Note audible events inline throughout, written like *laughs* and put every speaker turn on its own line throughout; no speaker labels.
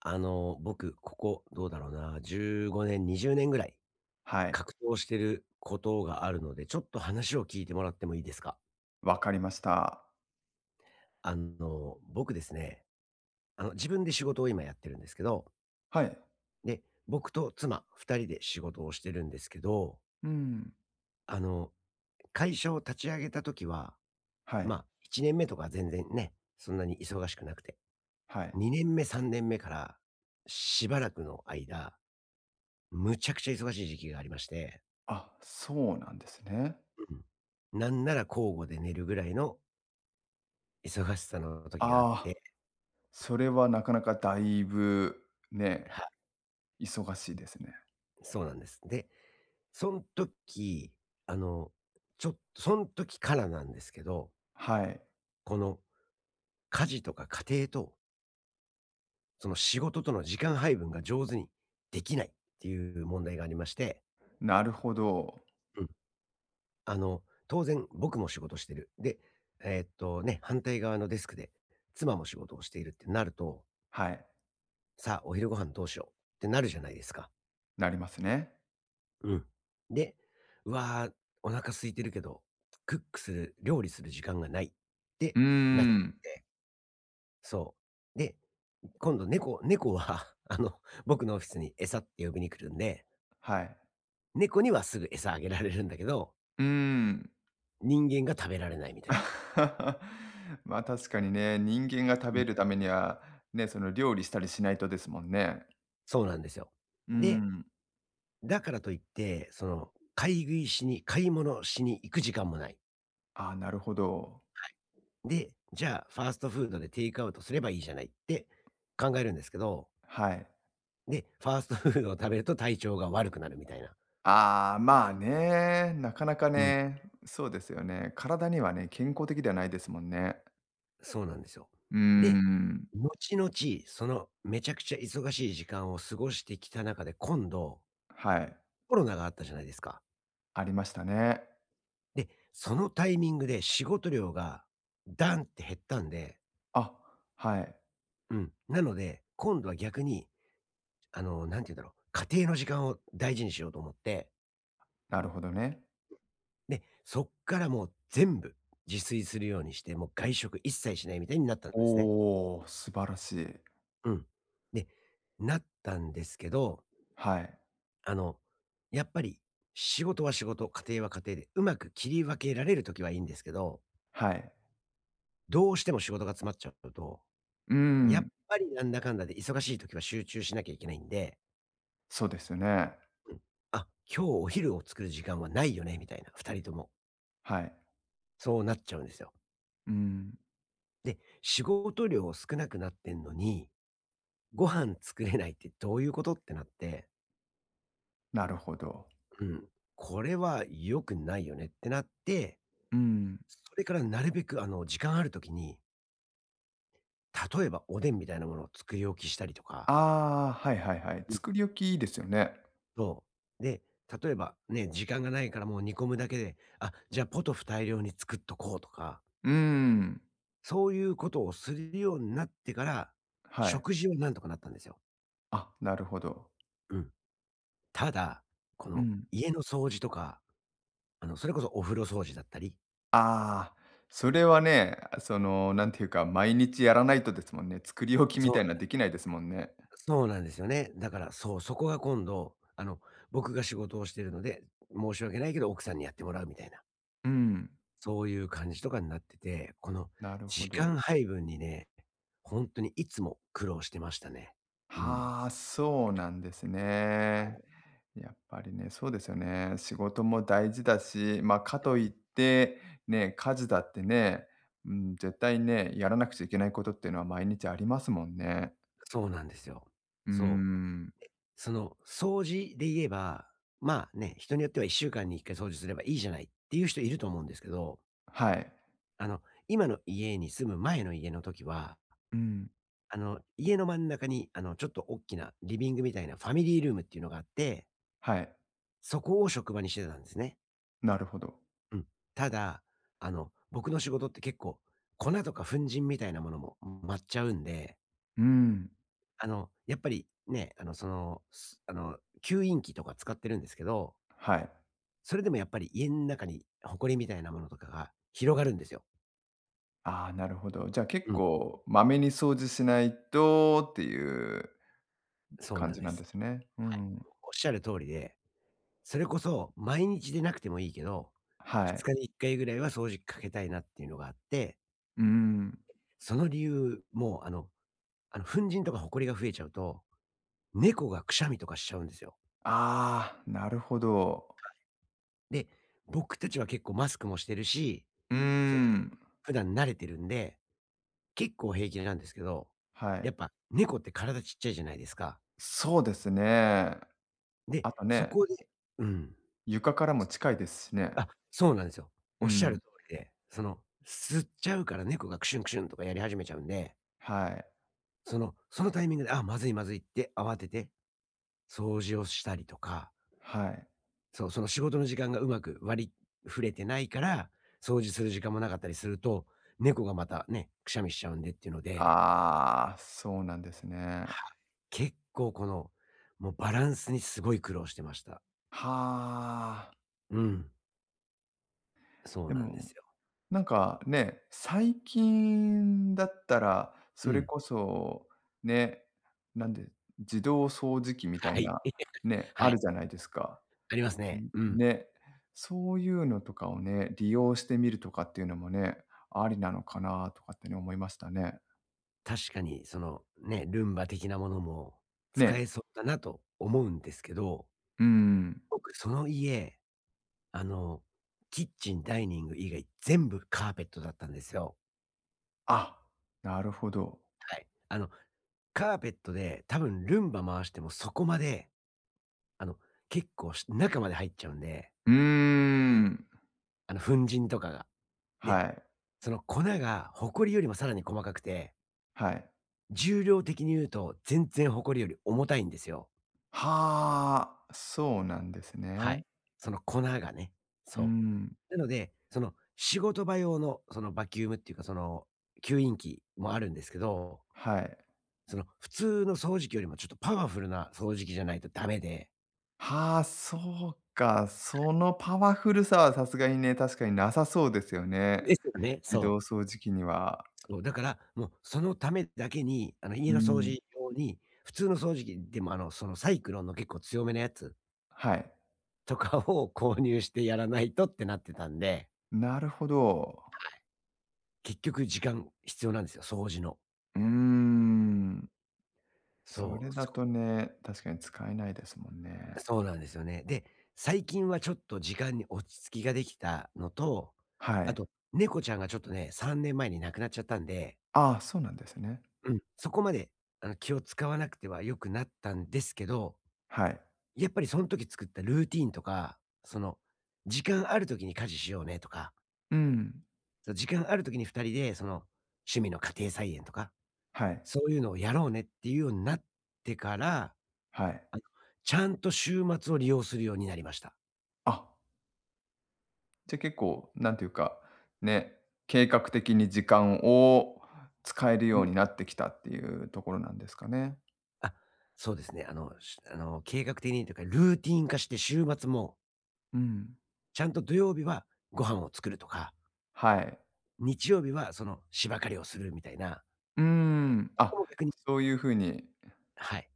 僕、ここ、どうだろうな、15年、20年ぐらい、
はい、
格闘してることがあるので、ちょっと話を聞いてもらってもいいですか？
わかりました。
僕ですね、自分で仕事を今やってるんですけど、
はい。
で、僕と妻2人で仕事をしてるんですけど、
うん。
あの、会社を立ち上げた時は、
は
ま、
い。
あ1年目とか全然ね、そんなに忙しくなくて、
はい。
2年目、3年目からしばらくの間、むちゃくちゃ忙しい時期がありまして。
あ、そうなんですね。
うん。なんなら交互で寝るぐらいの忙しさの時があっ
ああ、
て、
それはなかなかだいぶね、
はい、
忙しいですね。
そうなんです。で、そん時、あの、ちょっとそん時からなんですけど、
はい。
この家事とか家庭と、その仕事との時間配分が上手にできないっていう問題がありまして、
なるほど。
うん。あの、当然僕も仕事してる。で、反対側のデスクで妻も仕事をしているってなると、
はい、
さあお昼ご飯どうしようってなるじゃないですか。
なりますね。
うん。で、うわー、お腹空いてるけど、クックする、料理する時間がないって
うー
なっちゃっ
ん。
て、そう。で、今度猫猫は *laughs* 僕のオフィスに餌って呼びに来るんで、
はい。
猫にはすぐ餌あげられるんだけど、
うーん。
人間が食べられないみたいな。
*laughs* まあ、確かにね、人間が食
う
べ
ん。
るためには、ね、その料理したりしないとですもんね。
そうなんですよ。
うー
で、
ん。
だからといって、その、買い食いしに買い物しに行く時間もない。
ああ、なるほど。
で、じゃあファーストフードでテイクアウトすればいいじゃないって考えるんですけど、
はい。
で、ファーストフードを食べると体調が悪くなるみたいな。
ああ、まあね、なかなか
うん。
ね、そうですよね。体にはね、健康的ではないですもんね。
そうなんですよ。
うー
で、
ん、
後々、そのめちゃくちゃ忙しい時間を過ごしてきた中で、今度、
はい、
コロナがあったじゃないですか。
ありましたね。
で、そのタイミングで仕事量がダンって減ったんで、
あ、はい、
うん。なので、今度は逆に、なんて言うんだろう、家庭の時間を大事にしようと思って、
なるほどね。
で、そっからもう全部自炊するようにして、もう外食一切しないみたいになったんですね。
おお、素晴らしい。
うん。で、なったんですけど、
はい、
あの、やっぱり仕事は仕事、家庭は家庭で、うまく切り分けられる時はいいんですけど、
はい。
どうしても仕事が詰まっちゃうと、
うー
やっ
ん、
ぱりなんだかんだで忙しい時は集中しなきゃいけないんで、
そうですよね。
うん、あ、今日お昼を作る時間はないよね、みたいな、2人とも。
はい。
そうなっちゃうんですよ。
うーん、
で、仕事量少なくなってんのに、ご飯作れないってどういうことってなって、
なるほど。
うん、これは良くないよねってなって、
うん。
それからなるべく時間ある時に、例えばおでんみたいなものを作り置きしたりとか、
ああ、はいはいはい。
うん。
作り置きいいですよね。
そう。で、例えばね、時間がないからもう煮込むだけで、あ、じゃあポトフ大量に作っとこうとか、
うーん、
そういうことをするようになってから、
はい。
食事はなんとかなったんですよ。
あ、なるほど。
うん。ただ、こ
う
の
ん。
家の掃除とか、それこそお風呂掃除だったり、
ああ、それはね、その、なんていうか、毎日やらないとですもんね。作り置きみ
そ
たい
う、
なできないですもんね。
そうなんですよね。だからそう、そこが今度、僕が仕事をしてるので、申し訳ないけど奥さんにやってもらうみたいな。
うん、
そういう感じとかになってて、この
なるほ
時
ど。
間配分にね、ほんとにいつも苦労してましたね。うん。
はあ、そうなんですね。やっぱりね、そうですよね。仕事も大事だし、ま、あかといって、ね、家事だってね、うん、絶対ね、やらなくちゃいけないことっていうのは毎日ありますもんね。
そうなんですよ。
うー
そう。
ん、
その掃除で言えば、まあね、人によっては1週間に1回掃除すればいいじゃないっていう人いると思うんですけど、
はい。
あの、今の家に住む前の家の時は、
うん、
家の真ん中に、ちょっとおっきなリビングみたいなファミリールームっていうのがあって、
はい、
そこを職場にしてたんですね。
なるほど。
うん。ただ、僕の仕事って結構、粉とか粉塵みたいなものも舞っちゃうんで、
うん、
やっぱりね、あの、その、すあの、吸引器とか使ってるんですけど、
はい。
それでもやっぱり家の中に埃みたいなものとかが広がるんですよ。
ああ、なるほど。じゃあ結
うん。
構まめに掃除しないとっていう
そう
感
なん
じ
で
なんで
す。
すね。う
はい。
ん。
おっしゃる通りで、それこそ毎日でなくてもいいけど、
は
2
い。
日に1回ぐらいは掃除機かけたいなっていうのがあって、
うん。
その理由、もあの、あの、粉塵とか埃が増えちゃうと猫がくしゃみとかしちゃうんですよ。
ああ、なるほど。
で、僕たちは結構マスクもしてるし、
うー
その、
ん。
普段慣れてるんで、結構平気なんですけど、
は
や
い。
っぱ猫って体ちっちゃいじゃないですか。
そうですね。
で、
あと
そ
ね、
こでうん。
床からも近いですしね。
あ、そうなんですよ。
う
おっしゃる
ん。
通りで、その、吸っちゃうから猫がクシュンクシュンとかやり始めちゃうんで、
はい。
そのタイミングで、あ、まずいまずいって慌てて掃除をしたりとか、
はい。
そう、その仕事の時間がうまく割り振れてないから、掃除する時間もなかったりすると、猫がまたね、くしゃみしちゃうんでっていうので、
ああ、そうなんですね。
はい。結構この、もうバランスにすごい苦労してました。
はあ。
うん。そう
で
なんで
も
すよ。
なんかね、最近だったら、そ
う
れ
ん。
こそ、ね、なんで、自動掃除機み
*laughs*
たい
はい。
な、
*laughs*
ね、あ
はい。
るじゃないですか。
ありますね。
ん、
うん。
ね、そういうのとかをね、利用してみるとかっていうのもね、ありなのかなとかってね、思いましたね。
確かにそのね、ルンバ的なものも使
ね、
えそうだなと思うんですけど、
うーん。
僕その家、あの、キッチン、ダイニング以外全部カーペットだったんですよ。
あ、なるほど。
はい。カーペットで多分ルンバ回してもそこまで、あの、結構し中まで入っちゃうんで、
うーん。
粉塵とかが。で、
はい、
その粉がホコリよりもさらに細かくて、
はい。
重量的に言うと全然ホコリより重たいんですよ。
はあ、そうなんです
は
ね。
い。その粉がね。
うー
そ
ん、
う。なので、その仕事場用のそのバキュームっていうかその吸引器もあるんですけど、
はい。
その普通の掃除機よりもちょっとパワフルな掃除機じゃないとダメで。
はあ、そうか。そのパワフルさはさすがにね、確かになさそうですよね。
ですよね、
自動
そう。
掃除機には。
そう、だから、もうそのためだけに、
う
家の掃
ん、
除用に、普通の掃除機でも、そのサイクロンの結構強めのやつ
はい。
とかを購入してやらないとってなってたんで、
なるほど。
結局時間必要なんですよ、掃除の。
うーん。そ
そ
れ
う、
だ
そ
とね、確かに使えないですもんね。
そうなんですよね。で、最近はちょっと時間に落ち着きができたのと、
は
あ
い。
と、猫ちゃんがちょっとね、3年前に亡くなっちゃったんで、
ああ、そうなんですね。
うん、そこまで、気を使わなくては良くなったんですけど、
はい。
やっぱりその時作ったルーティーンとか、その、時間ある時に家事しようねとか、
うん。
その時間ある時に2人でその、趣味の家庭菜園とか、
はい。
そういうのをやろうねっていうようになってから、
はい。
ちゃんと週末を利用するようになりました。
あ、じゃ、結構なんていうか、ね、計画的に時間を使える
う
よう
ん。
になってきたっていうところなんですかね。
あ、そうですね。あの、しあの、計画的にというか、ルーティーン化して週末も、
うん。
ちゃんと土曜日はご飯を作るとか、
はい。
日曜日はその芝刈りをするみたいな、
うーん。
ここ
あ、
も逆に
そういう風に、
はい。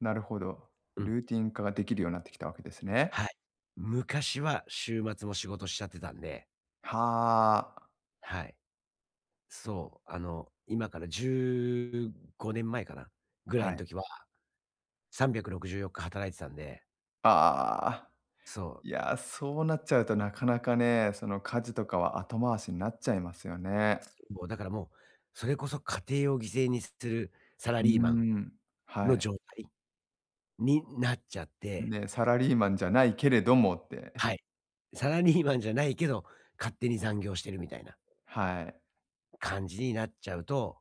なるほど。
うん。
ルーティン化ができるようになってきたわけですね。
はい。昔は週末も仕事しちゃってたんで、
はあ。
はい。そう、今から15年前かな、ぐらい
は
の
い。
時は364日働いてたんで、
ああ。
そ
いや、そうなっちゃうとなかなかね、その家事とかは後回しになっちゃいますよね。
う、もうだからもう、それこそ家庭を犠牲にするサラ
うー
リーマン
ん。は
の
い。
状態になっちゃって、
ね、サラリーマンじゃないけれどもって。
はい。サラリーマンじゃないけど、勝手に残業してるみたいな
はい。
感じになっちゃうと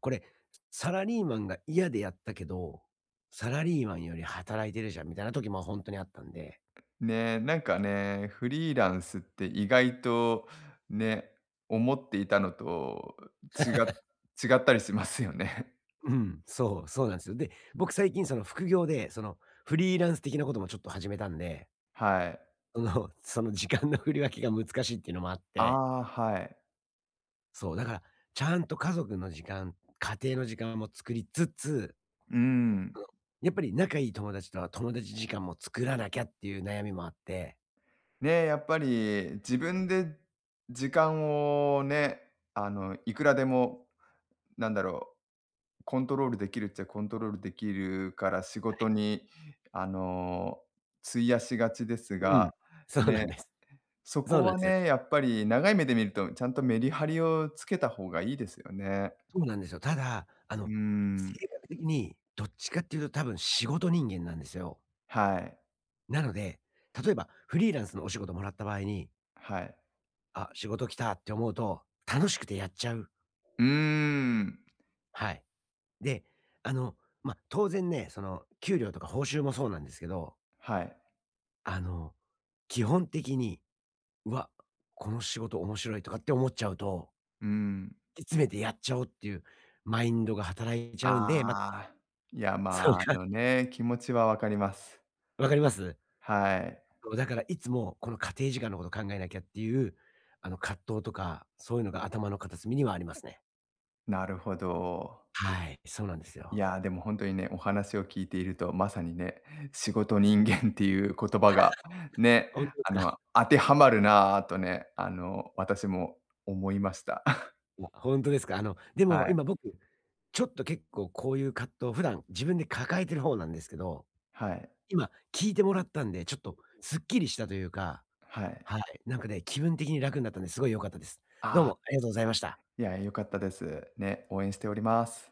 これ、サラリーマンが嫌でやったけど、サラリーマンより働いてるじゃんみたいな時も本当にあったんで。
ね、なんかね、フリーランスって意外とね、思っていたのと違っ違ったりしますよね。
うん、そう、そうなんですよ。で、僕最近その副業で、そのフリーランス的なこともちょっと始めたんで、
はい。
その、*laughs* その時間の振り分けが難しいっていうのもあって、
ああ、はい。
そう、だからちゃんと家族の時間、家庭の時間も作りつつ、
うーん。
やっぱり仲いい友達とは友達時間も作らなきゃっていう悩みもあって。
ね、やっぱり自分で時間をね、あの、いくらでも、なんだろう、コントロールできるっちゃコントロールできるから、仕
は
事
い。
に、あの、費やしがちです
うん、
が、
そうな
ね、
んです。
そ
そう
こ
なん
は
ですよ。
ね、やっぱり長い目で見ると、ちゃんとメリハリをつけた方がいいですよね。
そうなんですよ。ただ、
うーん。
性格的にどっちかっていうと多分仕事人間なんですよ。
はい。
なので、例えばフリーランスのお仕事もらった場合に、
はい。
あ、仕事来たって思うと、楽しくてやっちゃう。
うーん。
はい。で、あの、まあ、当然ね、その、給料とか報酬もそうなんですけど、
はい。
あの、基本的に、うわ、この仕事面白いとかって思っちゃうと、
うー
突
ん。
き詰めてやっちゃおうっていうマインドが働いちゃうんで、まあ、
ああ、いや、ま
それ
あ、あ
が
のね、気持ちはわかります。
わかります？
はい。
そう、だからいつもこの家庭時間のこと考えなきゃっていう、葛藤とか、そういうのが頭の片隅にはありますね。
なるほど。
はい、そうなんです
い
よ。
や、でも本当にね、お話を聞いていると、まさにね、仕事人間っていう言葉がね、
本当です
あ
か？
の、
*laughs*
当てはまるなぁとね、あの、私も思いました。*laughs*
いや、本当ですか？で
は
も
い、
今僕、ちょっと結構こういう葛藤、普段自分で抱えてる方なんですけど、
はい、
今聞いてもらったんで、ちょっとすっきりしたというか、
はい。
はい、なんかね、気分的に楽になったんで、すごい良かったです。どう
ああ、
もありがとうございました。
いや、良かったです。ね、応援しております。